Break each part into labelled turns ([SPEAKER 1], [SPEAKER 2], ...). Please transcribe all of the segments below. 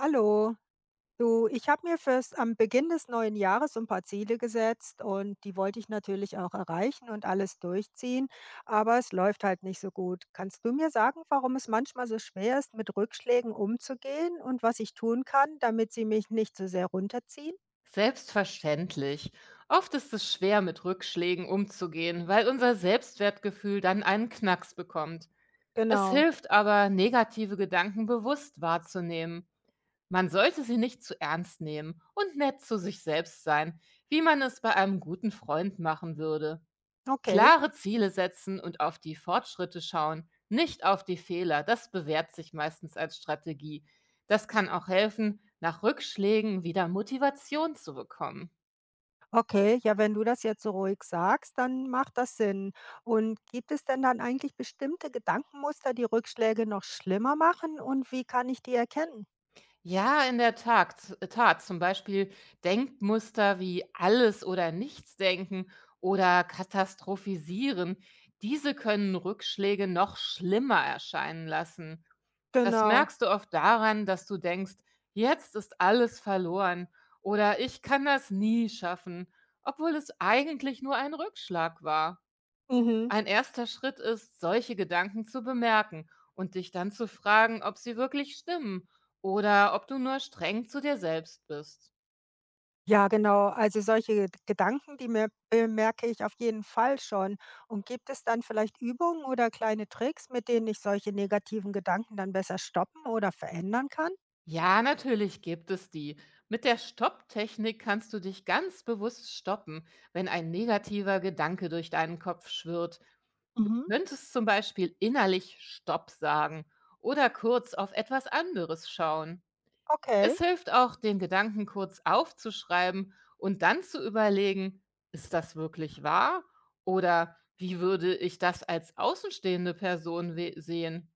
[SPEAKER 1] Hallo, du, ich habe mir fürs am Beginn des neuen Jahres so 'n paar Ziele gesetzt und die wollte ich natürlich auch erreichen und alles durchziehen, aber es läuft halt nicht so gut. Kannst du mir sagen, warum es manchmal so schwer ist, mit Rückschlägen umzugehen und was ich tun kann, damit sie mich nicht so sehr runterziehen?
[SPEAKER 2] Selbstverständlich. Oft ist es schwer, mit Rückschlägen umzugehen, weil unser Selbstwertgefühl dann einen Knacks bekommt. Es
[SPEAKER 1] Genau,
[SPEAKER 2] hilft aber, negative Gedanken bewusst wahrzunehmen. Man sollte sie nicht zu ernst nehmen und nett zu sich selbst sein, wie man es bei einem guten Freund machen würde.
[SPEAKER 1] okay.
[SPEAKER 2] Klare Ziele setzen und auf die Fortschritte schauen, nicht auf die Fehler, das bewährt sich meistens als Strategie. Das kann auch helfen, nach Rückschlägen wieder Motivation zu bekommen.
[SPEAKER 1] Okay, ja, wenn du das jetzt so ruhig sagst, dann macht das Sinn. Und gibt es denn dann eigentlich bestimmte Gedankenmuster, die Rückschläge noch schlimmer machen und wie kann ich die erkennen?
[SPEAKER 2] Ja, in der Tat. Zum Beispiel Denkmuster wie alles oder nichts denken oder katastrophisieren. Diese können Rückschläge noch schlimmer erscheinen lassen. Das
[SPEAKER 1] Genau.
[SPEAKER 2] merkst du oft daran, dass du denkst, jetzt ist alles verloren oder ich kann das nie schaffen, obwohl es eigentlich nur ein Rückschlag war.
[SPEAKER 1] Mhm.
[SPEAKER 2] Ein erster Schritt ist, solche Gedanken zu bemerken und dich dann zu fragen, ob sie wirklich stimmen oder ob du nur streng zu dir selbst bist.
[SPEAKER 1] Ja, genau. Also solche Gedanken, die mer bemerke ich auf jeden Fall schon. Und gibt es dann vielleicht Übungen oder kleine Tricks, mit denen ich solche negativen Gedanken dann besser stoppen oder verändern kann?
[SPEAKER 2] Ja, natürlich gibt es die. Mit der Stopptechnik kannst du dich ganz bewusst stoppen, wenn ein negativer Gedanke durch deinen Kopf schwirrt.
[SPEAKER 1] Mhm.
[SPEAKER 2] Könntest zum Beispiel innerlich Stopp sagen oder kurz auf etwas anderes schauen. Es
[SPEAKER 1] Okay,
[SPEAKER 2] hilft auch, den Gedanken kurz aufzuschreiben und dann zu überlegen, ist das wirklich wahr oder wie würde ich das als außenstehende Person sehen?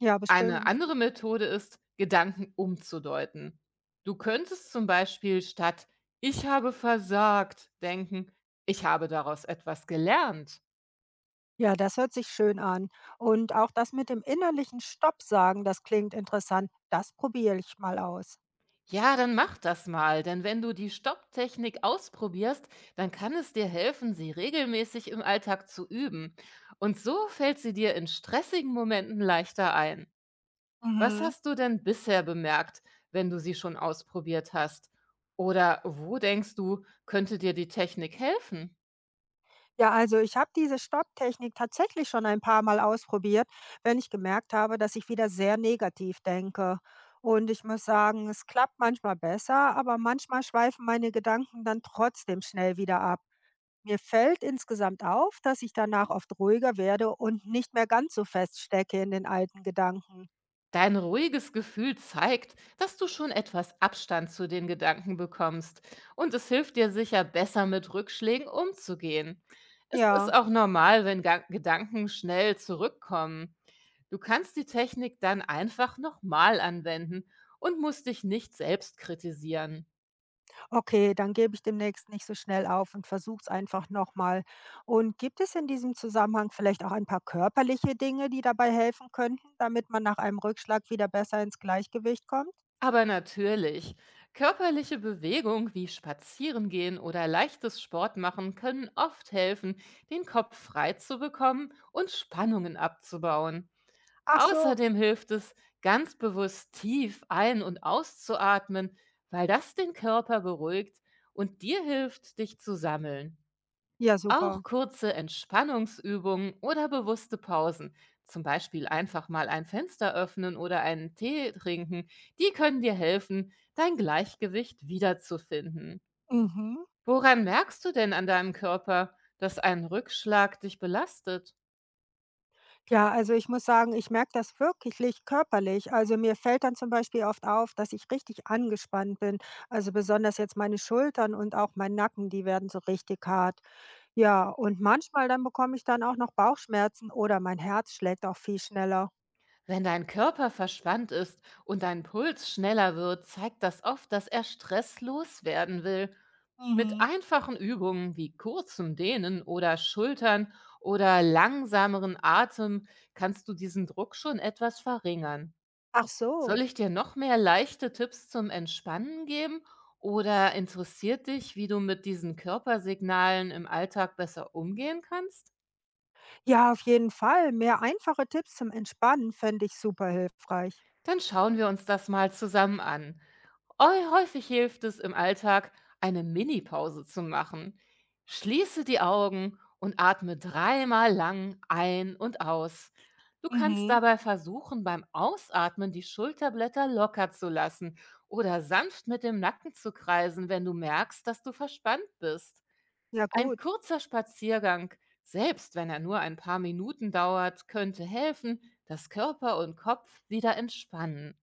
[SPEAKER 1] ja,
[SPEAKER 2] Eine
[SPEAKER 1] bestimmt.
[SPEAKER 2] andere Methode ist, Gedanken umzudeuten. Du könntest zum Beispiel statt ich habe versagt denken, ich habe daraus etwas gelernt.
[SPEAKER 1] Ja, das hört sich schön an. Und auch das mit dem innerlichen Stopp sagen, das klingt interessant. Das probiere ich mal aus.
[SPEAKER 2] Ja, dann mach das mal, denn wenn du die Stopptechnik ausprobierst, dann kann es dir helfen, sie regelmäßig im Alltag zu üben. Und so fällt sie dir in stressigen Momenten leichter ein. Was
[SPEAKER 1] Mhm.
[SPEAKER 2] hast du denn bisher bemerkt, wenn du sie schon ausprobiert hast? Oder wo denkst du, könnte dir die Technik helfen?
[SPEAKER 1] Ja, also ich habe diese Stopptechnik tatsächlich schon ein paar Mal ausprobiert, wenn ich gemerkt habe, dass ich wieder sehr negativ denke. Und ich muss sagen, es klappt manchmal besser, aber manchmal schweifen meine Gedanken dann trotzdem schnell wieder ab. Mir fällt insgesamt auf, dass ich danach oft ruhiger werde und nicht mehr ganz so feststecke in den alten Gedanken.
[SPEAKER 2] Dein ruhiges Gefühl zeigt, dass du schon etwas Abstand zu den Gedanken bekommst und es hilft dir sicher besser mit Rückschlägen umzugehen. Es ist
[SPEAKER 1] Ja.
[SPEAKER 2] auch normal, wenn Ga Gedanken schnell zurückkommen. Du kannst die Technik dann einfach nochmal anwenden und musst dich nicht selbst kritisieren.
[SPEAKER 1] Okay, dann gebe ich demnächst nicht so schnell auf und versuche es einfach nochmal. Und gibt es in diesem Zusammenhang vielleicht auch ein paar körperliche Dinge, die dabei helfen könnten, damit man nach einem Rückschlag wieder besser ins Gleichgewicht kommt?
[SPEAKER 2] Aber natürlich. Körperliche Bewegung wie Spazierengehen oder leichtes Sport machen können oft helfen, den Kopf frei zu bekommen und Spannungen abzubauen.
[SPEAKER 1] Ach so.
[SPEAKER 2] Außerdem hilft es, ganz bewusst tief ein- und auszuatmen, weil das den Körper beruhigt und dir hilft, dich zu sammeln.
[SPEAKER 1] Ja,
[SPEAKER 2] Auch
[SPEAKER 1] super.
[SPEAKER 2] kurze Entspannungsübungen oder bewusste Pausen, zum Beispiel einfach mal ein Fenster öffnen oder einen Tee trinken, die können dir helfen, dein Gleichgewicht wiederzufinden.
[SPEAKER 1] Mhm.
[SPEAKER 2] Woran merkst du denn an deinem Körper, dass ein Rückschlag dich belastet?
[SPEAKER 1] Ja, also ich muss sagen, ich merke das wirklich körperlich. Also mir fällt dann zum Beispiel oft auf, dass ich richtig angespannt bin. Also besonders jetzt meine Schultern und auch mein Nacken, die werden so richtig hart. Ja, und manchmal dann bekomme ich dann auch noch Bauchschmerzen oder mein Herz schlägt auch viel schneller.
[SPEAKER 2] Wenn dein Körper verspannt ist und dein Puls schneller wird, zeigt das oft, dass er Stress loswerden will. Mit
[SPEAKER 1] Mhm.
[SPEAKER 2] einfachen Übungen wie kurzem Dehnen oder Schultern oder langsameren Atem kannst du diesen Druck schon etwas verringern.
[SPEAKER 1] Ach so.
[SPEAKER 2] Soll ich dir noch mehr leichte Tipps zum Entspannen geben oder interessiert dich, wie du mit diesen Körpersignalen im Alltag besser umgehen kannst?
[SPEAKER 1] Ja, auf jeden Fall. Mehr einfache Tipps zum Entspannen fände ich super hilfreich.
[SPEAKER 2] Dann schauen wir uns das mal zusammen an. Häufig hilft es im Alltag, eine Minipause zu machen. Schließe die Augen und atme dreimal lang ein und aus. Du kannst
[SPEAKER 1] Mhm.
[SPEAKER 2] dabei versuchen, beim Ausatmen die Schulterblätter locker zu lassen oder sanft mit dem Nacken zu kreisen, wenn du merkst, dass du verspannt bist.
[SPEAKER 1] Ja,
[SPEAKER 2] Ein
[SPEAKER 1] gut.
[SPEAKER 2] kurzer Spaziergang, selbst wenn er nur ein paar Minuten dauert, könnte helfen, dass Körper und Kopf wieder entspannen.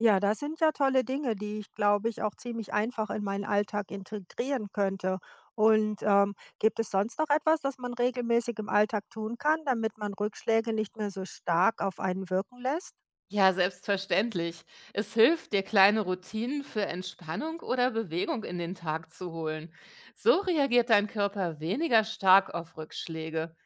[SPEAKER 1] Ja, das sind ja tolle Dinge, die ich, glaube ich, auch ziemlich einfach in meinen Alltag integrieren könnte. Und gibt es sonst noch etwas, das man regelmäßig im Alltag tun kann, damit man Rückschläge nicht mehr so stark auf einen wirken lässt?
[SPEAKER 2] Ja, selbstverständlich. Es hilft dir, kleine Routinen für Entspannung oder Bewegung in den Tag zu holen. So reagiert dein Körper weniger stark auf Rückschläge.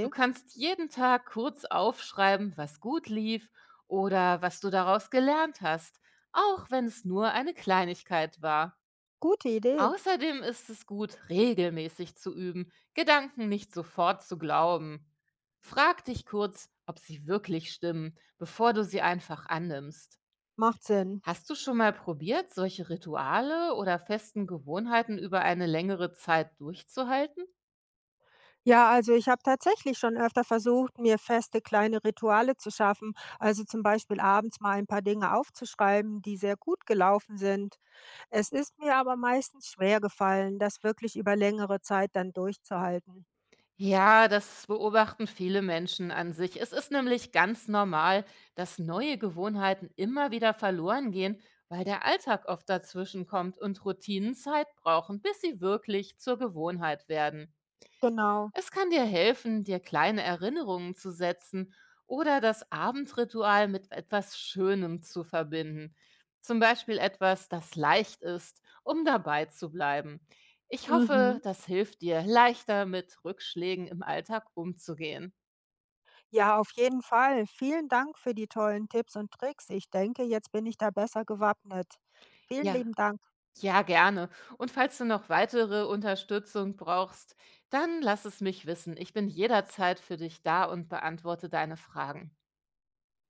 [SPEAKER 2] Du kannst jeden Tag kurz aufschreiben, was gut lief oder was du daraus gelernt hast, auch wenn es nur eine Kleinigkeit war.
[SPEAKER 1] gute Idee.
[SPEAKER 2] Außerdem ist es gut, regelmäßig zu üben, Gedanken nicht sofort zu glauben. Frag dich kurz, ob sie wirklich stimmen, bevor du sie einfach annimmst.
[SPEAKER 1] Macht Sinn.
[SPEAKER 2] Hast du schon mal probiert, solche Rituale oder festen Gewohnheiten über eine längere Zeit durchzuhalten?
[SPEAKER 1] Ja, also ich habe tatsächlich schon öfter versucht, mir feste kleine Rituale zu schaffen. Also zum Beispiel abends mal ein paar Dinge aufzuschreiben, die sehr gut gelaufen sind. Es ist mir aber meistens schwer gefallen, das wirklich über längere Zeit dann durchzuhalten.
[SPEAKER 2] Ja, das beobachten viele Menschen an sich. Es ist nämlich ganz normal, dass neue Gewohnheiten immer wieder verloren gehen, weil der Alltag oft dazwischen kommt und Routinen Zeit brauchen, bis sie wirklich zur Gewohnheit werden.
[SPEAKER 1] Genau.
[SPEAKER 2] Es kann dir helfen, dir kleine Erinnerungen zu setzen oder das Abendritual mit etwas Schönem zu verbinden. Zum Beispiel etwas, das leicht ist, um dabei zu bleiben. Ich hoffe,
[SPEAKER 1] Mhm.
[SPEAKER 2] das hilft dir, leichter mit Rückschlägen im Alltag umzugehen.
[SPEAKER 1] Ja, auf jeden Fall. Vielen Dank für die tollen Tipps und Tricks. Ich denke, jetzt bin ich da besser gewappnet. Vielen
[SPEAKER 2] Ja,
[SPEAKER 1] lieben Dank.
[SPEAKER 2] ja, gerne. Und falls du noch weitere Unterstützung brauchst, dann lass es mich wissen. Ich bin jederzeit für dich da und beantworte deine Fragen.